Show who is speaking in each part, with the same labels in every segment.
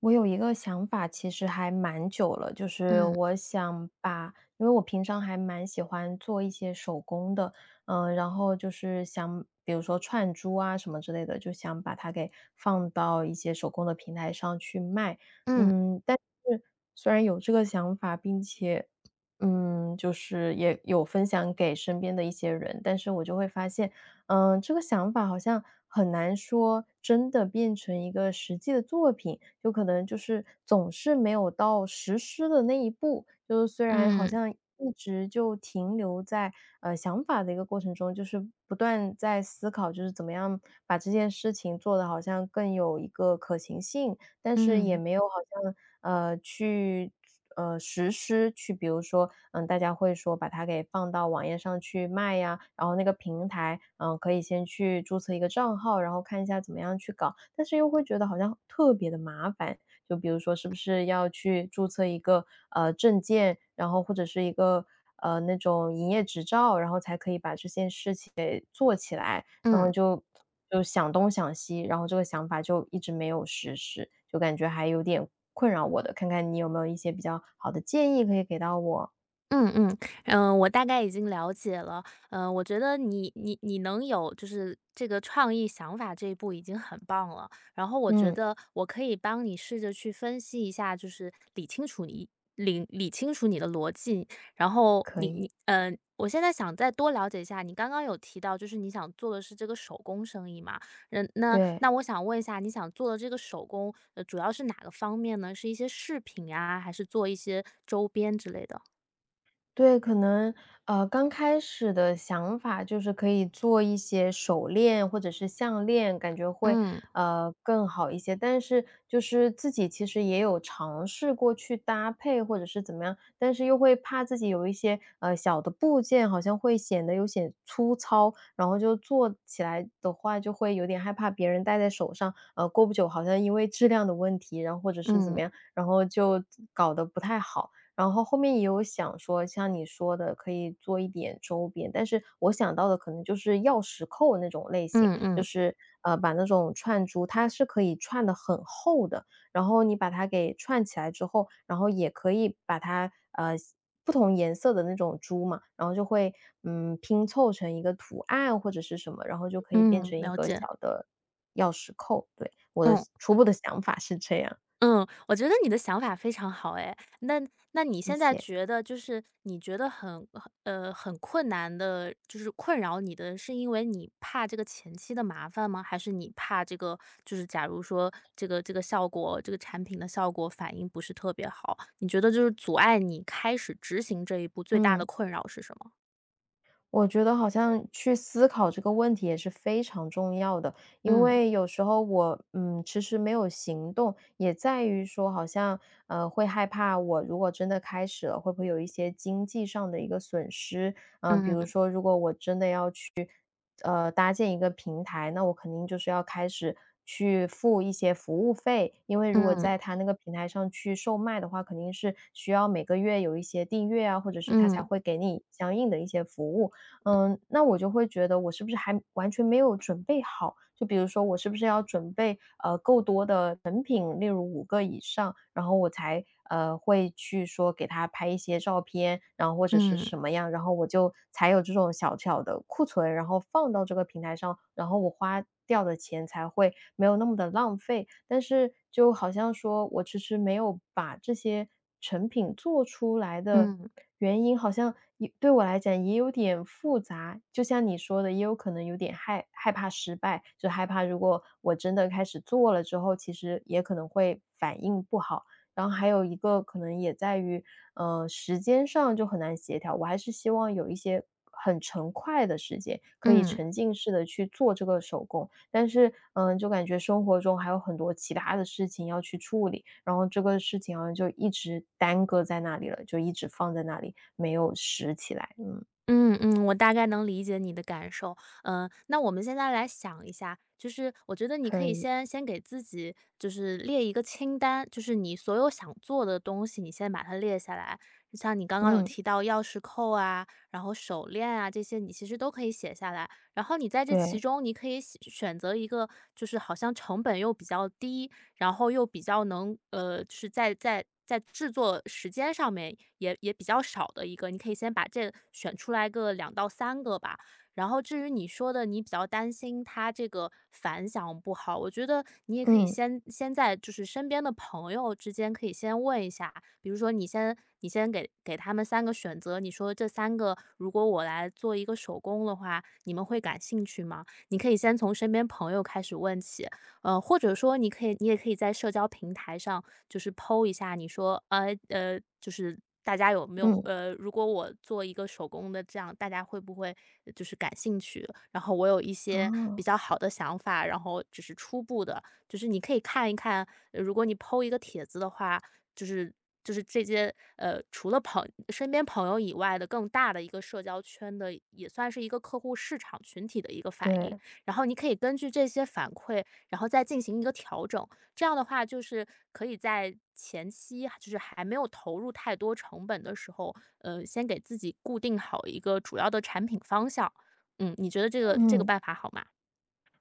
Speaker 1: 我有一个想法，其实还蛮久了，就是
Speaker 2: 嗯
Speaker 1: 我想把，因为我平常还蛮喜欢做一些手工的，然后就是想，比如说串珠啊什么之类的，就想把它给放到一些手工的平台上去卖，
Speaker 2: 嗯
Speaker 1: 嗯，但是虽然有这个想法，并且，就是也有分享给身边的一些人，但是我就会发现，这个想法好像很难说真的变成一个实际的作品，有可能就是总是没有到实施的那一步。就是虽然好
Speaker 2: 嗯
Speaker 1: 像一直就停留在想法的一个过程中，就是不断在思考，就是怎么样把这件事情做得好像更有一个可行性，但是也
Speaker 2: 嗯
Speaker 1: 没有好像，去实施去比如说，大家会说把它给放到网页上去卖呀，然后那个平台，可以先去注册一个账号，然后看一下怎么样去搞，但是又会觉得好像特别的麻烦。就比如说是不是要去注册一个，证件，然后或者是一个，那种营业执照，然后才可以把这件事情给做起来。然后
Speaker 2: 嗯。
Speaker 1: 就想东想西，然后这个想法就一直没有实施，就感觉还有点困扰我的，看看你有没有一些比较好的建议可以给到我？
Speaker 2: 嗯嗯，我大概已经了解了。嗯，我觉得你能有就是这个创意想法这一步已经很棒了。然后我觉
Speaker 1: 嗯，
Speaker 2: 得我可以帮你试着去分析一下，就是理清楚你的逻辑。然后
Speaker 1: 可
Speaker 2: 你
Speaker 1: 以，
Speaker 2: 你嗯呃，我现在想再多了解一下，你刚刚有提到就是你想做的是这个手工生意嘛？嗯，那
Speaker 1: 对。
Speaker 2: 我想问一下，你想做的这个手工，主要是哪个方面呢？是一些饰品呀，还是做一些周边之类的？
Speaker 1: 对，可能，刚开始的想法就是可以做一些手链或者是项链，感觉会，
Speaker 2: 嗯，
Speaker 1: 更好一些。但是就是自己其实也有尝试过去搭配或者是怎么样，但是又会怕自己有一些，小的部件好像会显得有些粗糙，然后就做起来的话就会有点害怕别人戴在手上，过不久好像因为质量的问题，然后或者是怎
Speaker 2: 嗯，
Speaker 1: 么样，然后就搞得不太好。然后后面也有想说，像你说的可以做一点周边，但是我想到的可能就是钥匙扣那种类型，
Speaker 2: 嗯
Speaker 1: 就
Speaker 2: 嗯，
Speaker 1: 是把那种串珠，它是可以串的很厚的，然后你把它给串起来之后，然后也可以把它不同颜色的那种珠嘛，然后就会拼凑成一个图案或者是什么，然后就可以变
Speaker 2: 嗯，
Speaker 1: 成一
Speaker 2: 了
Speaker 1: 个
Speaker 2: 解。
Speaker 1: 小的钥匙扣。对，我的
Speaker 2: 嗯，
Speaker 1: 初步的想法是这样，
Speaker 2: 嗯，我觉得你的想法非常好哎。那那你
Speaker 1: 谢
Speaker 2: 现在
Speaker 1: 谢。
Speaker 2: 觉得就是你觉得很困难的，就是困扰你的是因为你怕这个前期的麻烦吗？还是你怕这个就是假如说这个效果这个产品的效果反应不是特别好，你觉得就是阻碍你开始执行这一步最大的
Speaker 1: 嗯。
Speaker 2: 困扰是什么？
Speaker 1: 我觉得好像去思考这个问题也是非常重要的，因
Speaker 2: 嗯，
Speaker 1: 为有时候我，迟迟没有行动，也在于说好像，会害怕我如果真的开始了，会不会有一些经济上的一个损失？
Speaker 2: 嗯，
Speaker 1: 搭建一个平台，那我肯定就是要开始去付一些服务费，因为如果
Speaker 2: 嗯，
Speaker 1: 在他那个平台上去售卖的话，肯定是需要每个月有一些订阅啊，或者是他才
Speaker 2: 嗯，
Speaker 1: 会给你相应的一些服务。嗯，那我就会觉得我是不是还完全没有准备好？就比如说我是不是要准备够多的成品，例如5个以上，然后我才会去说给他拍一些照片，然后或者是
Speaker 2: 嗯，
Speaker 1: 什么样，然后我就才有这种小小的库存，然后放到这个平台上，然后我花掉的钱才会没有那么的浪费。但是就好像说我迟迟没有把这些成品做出来的
Speaker 2: 嗯，
Speaker 1: 原因，好像也对我来讲也有点复杂。就像你说的，也有可能有点害怕失败，就害怕如果我真的开始做了之后，其实也可能会反应不好。然后还有一个可能也在于，时间上就很难协调，我还是希望有一些很成块的时间，可以
Speaker 2: 嗯。
Speaker 1: 沉浸式的去做这个手工。但是，就感觉生活中还有很多其他的事情要去处理，然后这个事情好像就一直耽搁在那里了，就一直放在那里，没有拾起来。嗯，
Speaker 2: 嗯嗯，我大概能理解你的感受。嗯，那我们现在来想一下，就是我觉得你可
Speaker 1: 可
Speaker 2: 以
Speaker 1: 以，
Speaker 2: 先给自己就是列一个清单，就是你所有想做的东西，你先把它列下来。像你刚刚有
Speaker 1: 嗯，
Speaker 2: 提到钥匙扣啊，然后手链啊这些，你其实都可以写下来。然后你在这其
Speaker 1: 对，
Speaker 2: 中，你可以写选择一个就是好像成本又比较低，然后又比较就是在在制作时间上面也比较少的一个，你可以先把这选出来个两到三个吧。然后至于你说的，你比较担心他这个反响不好，我觉得你也可以
Speaker 1: 嗯，
Speaker 2: 先在就是身边的朋友之间可以先问一下，比如说你先给他们三个选择，你说这三个如果我来做一个手工的话，你们会感兴趣吗？你可以先从身边朋友开始问起，呃，或者说你也可以在社交平台上就是 po 一下，你说，就是大家有没有
Speaker 1: 嗯，
Speaker 2: 如果我做一个手工的这样，大家会不会就是感兴趣？然后我有一些比
Speaker 1: 哦，
Speaker 2: 较好的想法，然后只是初步的，就是你可以看一看，呃如果你 po 一个帖子的话，就是就是这些除了身边朋友以外的更大的一个社交圈的，也算是一个客户市场群体的一个反应。
Speaker 1: 对，
Speaker 2: 然后你可以根据这些反馈，然后再进行一个调整。这样的话，就是可以在前期就是还没有投入太多成本的时候，呃，先给自己固定好一个主要的产品方向。嗯，你觉得这个
Speaker 1: 嗯。
Speaker 2: 办法好吗？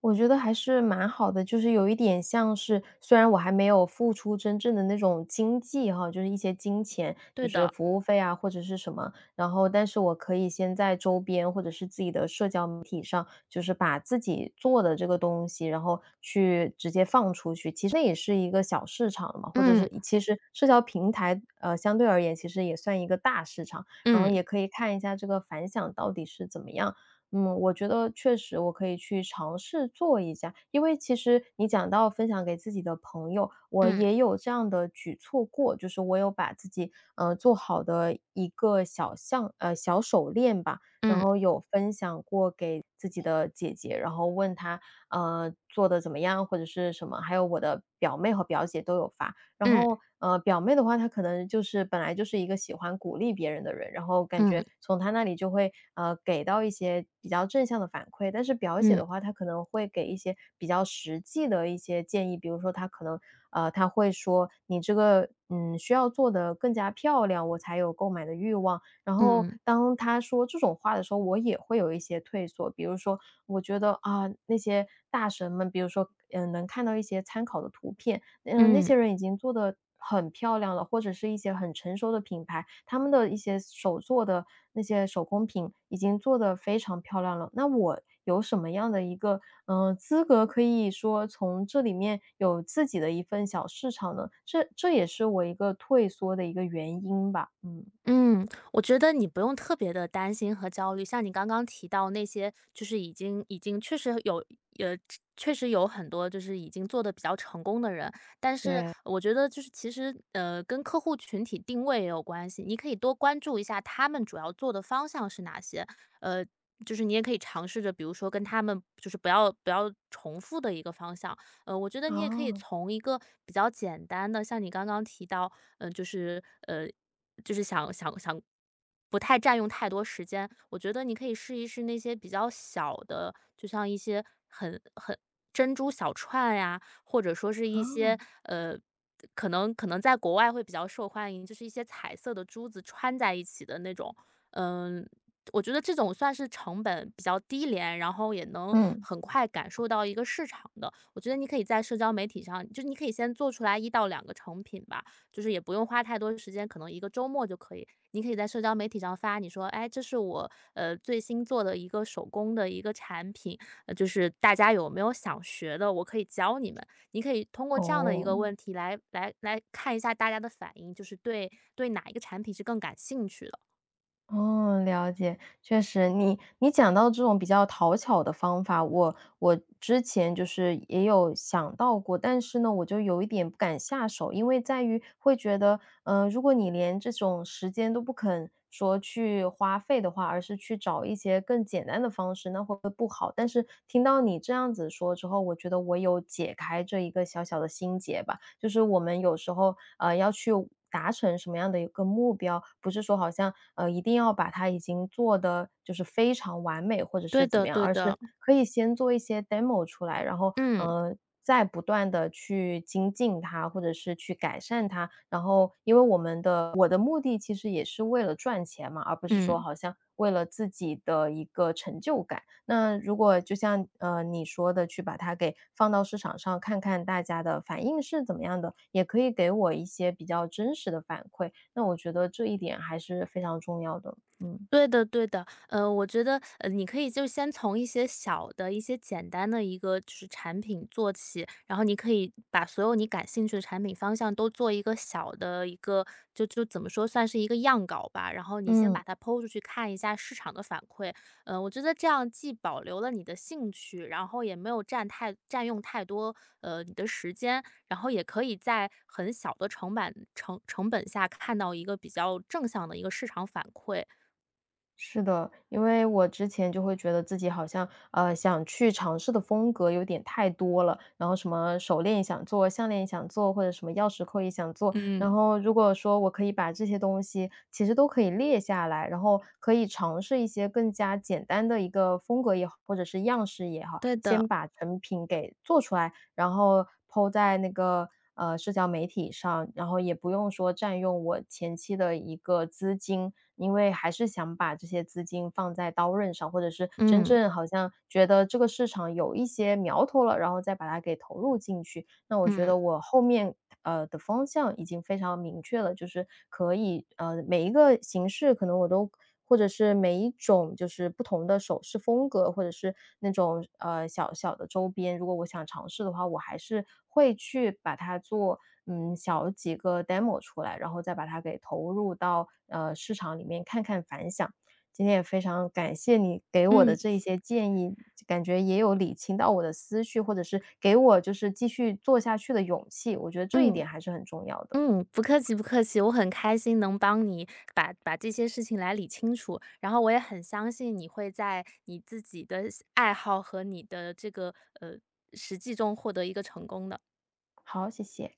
Speaker 1: 我觉得还是蛮好的，就是有一点像是，虽然我还没有付出真正的那种经济哈，就是一些金钱，就
Speaker 2: 对
Speaker 1: 是
Speaker 2: 的，
Speaker 1: 服务费啊或者是什么，然后但是我可以先在周边或者是自己的社交媒体上，就是把自己做的这个东西，然后去直接放出去，其实那也是一个小市场嘛，或者
Speaker 2: 嗯
Speaker 1: 是其实社交平台相对而言其实也算一个大市场，然后
Speaker 2: 嗯
Speaker 1: 也可以看一下这个反响到底是怎么样。嗯，我觉得确实我可以去尝试做一下，因为其实你讲到分享给自己的朋友，我
Speaker 2: 嗯
Speaker 1: 也有这样的举措过，就是我有把自己做好的一个小手链吧，然
Speaker 2: 嗯
Speaker 1: 后有分享过给自己的姐姐，然后问她做的怎么样或者是什么，还有我的表妹和表姐都有发，然
Speaker 2: 嗯
Speaker 1: 后，表妹的话，她可能就是本来就是一个喜欢鼓励别人的人，然后感
Speaker 2: 嗯嗯
Speaker 1: 觉从她那里就会给到一些比较正向的反馈。但是表姐
Speaker 2: 嗯
Speaker 1: 的话，她可能会给一些比较实际的一些建议，比如说她可能她会说你这个需要做的更加漂亮，我才有购买的欲望。然后
Speaker 2: 嗯
Speaker 1: 当她说这种话的时候，我也会有一些退缩，比如说我觉得啊、那些大神们，比如说能看到一些参考的图片，嗯，那
Speaker 2: 嗯。
Speaker 1: 些人已经做得很漂亮了，或者是一些很成熟的品牌，他们的一些手做的那些手工品已经做得非常漂亮了。那我有什么样的一个，资格可以说从这里面有自己的一份小市场呢？这也是我一个退缩的一个原因吧，嗯，
Speaker 2: 嗯，我觉得你不用特别的担心和焦虑，像你刚刚提到那些就是已经呃，确实有很多就是已经做的比较成功的人，但是
Speaker 1: 对。
Speaker 2: 我觉得就是其实，呃，跟客户群体定位也有关系，你可以多关注一下他们主要做的方向是哪些，呃，就是你也可以尝试着，比如说跟他们就是不要重复的一个方向。呃，我觉得你也可以
Speaker 1: 哦，
Speaker 2: 从一个比较简单的，像你刚刚提到，嗯，就是，呃就是想想想不太占用太多时间，我觉得你可以试一试那些比较小的，就像一些很珍珠小串呀，或者说是一些
Speaker 1: 哦。
Speaker 2: 呃，可能在国外会比较受欢迎，就是一些彩色的珠子穿在一起的那种，嗯。我觉得这种算是成本比较低廉，然后也能
Speaker 1: 嗯，
Speaker 2: 很快感受到一个市场的。我觉得你可以在社交媒体上，就你可以先做出来一到两个成品吧，就是也不用花太多时间，可能一个周末就可以。你可以在社交媒体上发，你说，哎，这是我呃最新做的一个手工的一个产品，呃，就是大家有没有想学的，我可以教你们。你可以通过这样的一个
Speaker 1: 哦。
Speaker 2: 问题来看一下大家的反应，就是对哪一个产品是更感兴趣的。
Speaker 1: 哦，了解，确实，你讲到这种比较讨巧的方法，我之前就是也有想到过，但是呢，我就有一点不敢下手，因为在于会觉得，嗯、如果你连这种时间都不肯说去花费的话，而是去找一些更简单的方式，那会不会不好？但是听到你这样子说之后，我觉得我有解开这一个小小的心结吧，就是我们有时候要去。达成什么样的一个目标，不是说好像，一定要把它已经做的就是非常完美或者
Speaker 2: 对
Speaker 1: 是怎
Speaker 2: 的，
Speaker 1: 么样，
Speaker 2: 对
Speaker 1: 而
Speaker 2: 的。
Speaker 1: 是可以先做一些 demo 出来，然后，
Speaker 2: 嗯
Speaker 1: 再不断的去精进它，或者是去改善它。然后因为我的目的其实也是为了赚钱嘛，而不是说
Speaker 2: 嗯。
Speaker 1: 好像为了自己的一个成就感。那如果就像，你说的去把它给放到市场上，看看大家的反应是怎么样的，也可以给我一些比较真实的反馈，那我觉得这一点还是非常重要的，嗯。
Speaker 2: 对的对的，呃，我觉得，呃，你可以就先从一些小的一些简单的一个就是产品做起，然后你可以把所有你感兴趣的产品方向都做一个小的一个，就怎么说，算是一个样稿吧。然后你先把
Speaker 1: 嗯。
Speaker 2: 它抛出去看一下市场的反馈，呃，我觉得这样既保留了你的兴趣，然后也没有占用太多呃你的时间，然后也可以在很小的成本下看到一个比较正向的一个市场反馈。
Speaker 1: 是的，因为我之前就会觉得自己好像，想去尝试的风格有点太多了，然后什么手链也想做，项链也想做，或者什么钥匙扣也想做。然
Speaker 2: 嗯。
Speaker 1: 后如果说我可以把这些东西其实都可以列下来，然后可以尝试一些更加简单的一个风格也好，或者是样式也好，
Speaker 2: 对
Speaker 1: 先
Speaker 2: 的，
Speaker 1: 把成品给做出来，然后抛在那个社交媒体上，然后也不用说占用我前期的一个资金，因为还是想把这些资金放在刀刃上，或者是真
Speaker 2: 嗯，
Speaker 1: 正好像觉得这个市场有一些苗头了，然后再把它给投入进去。那我觉
Speaker 2: 嗯，
Speaker 1: 得我后面的方向已经非常明确了，就是可以每一个形式可能我都或者是每一种就是不同的首饰风格，或者是那种小小的周边，如果我想尝试的话，我还是会去把它做小几个 demo 出来，然后再把它给投入到市场里面看看反响。今天也非常感谢你给我的
Speaker 2: 嗯，
Speaker 1: 这一些建议，感觉也有理清到我的思绪，或者是给我就是继续做下去的勇气。我觉得这一
Speaker 2: 嗯，
Speaker 1: 点还是很重要的。
Speaker 2: 嗯，不客气不客气，我很开心能帮你把这些事情来理清楚，然后我也很相信你会在你自己的爱好和你的这个，呃，实际中获得一个成功的。
Speaker 1: 好，谢谢。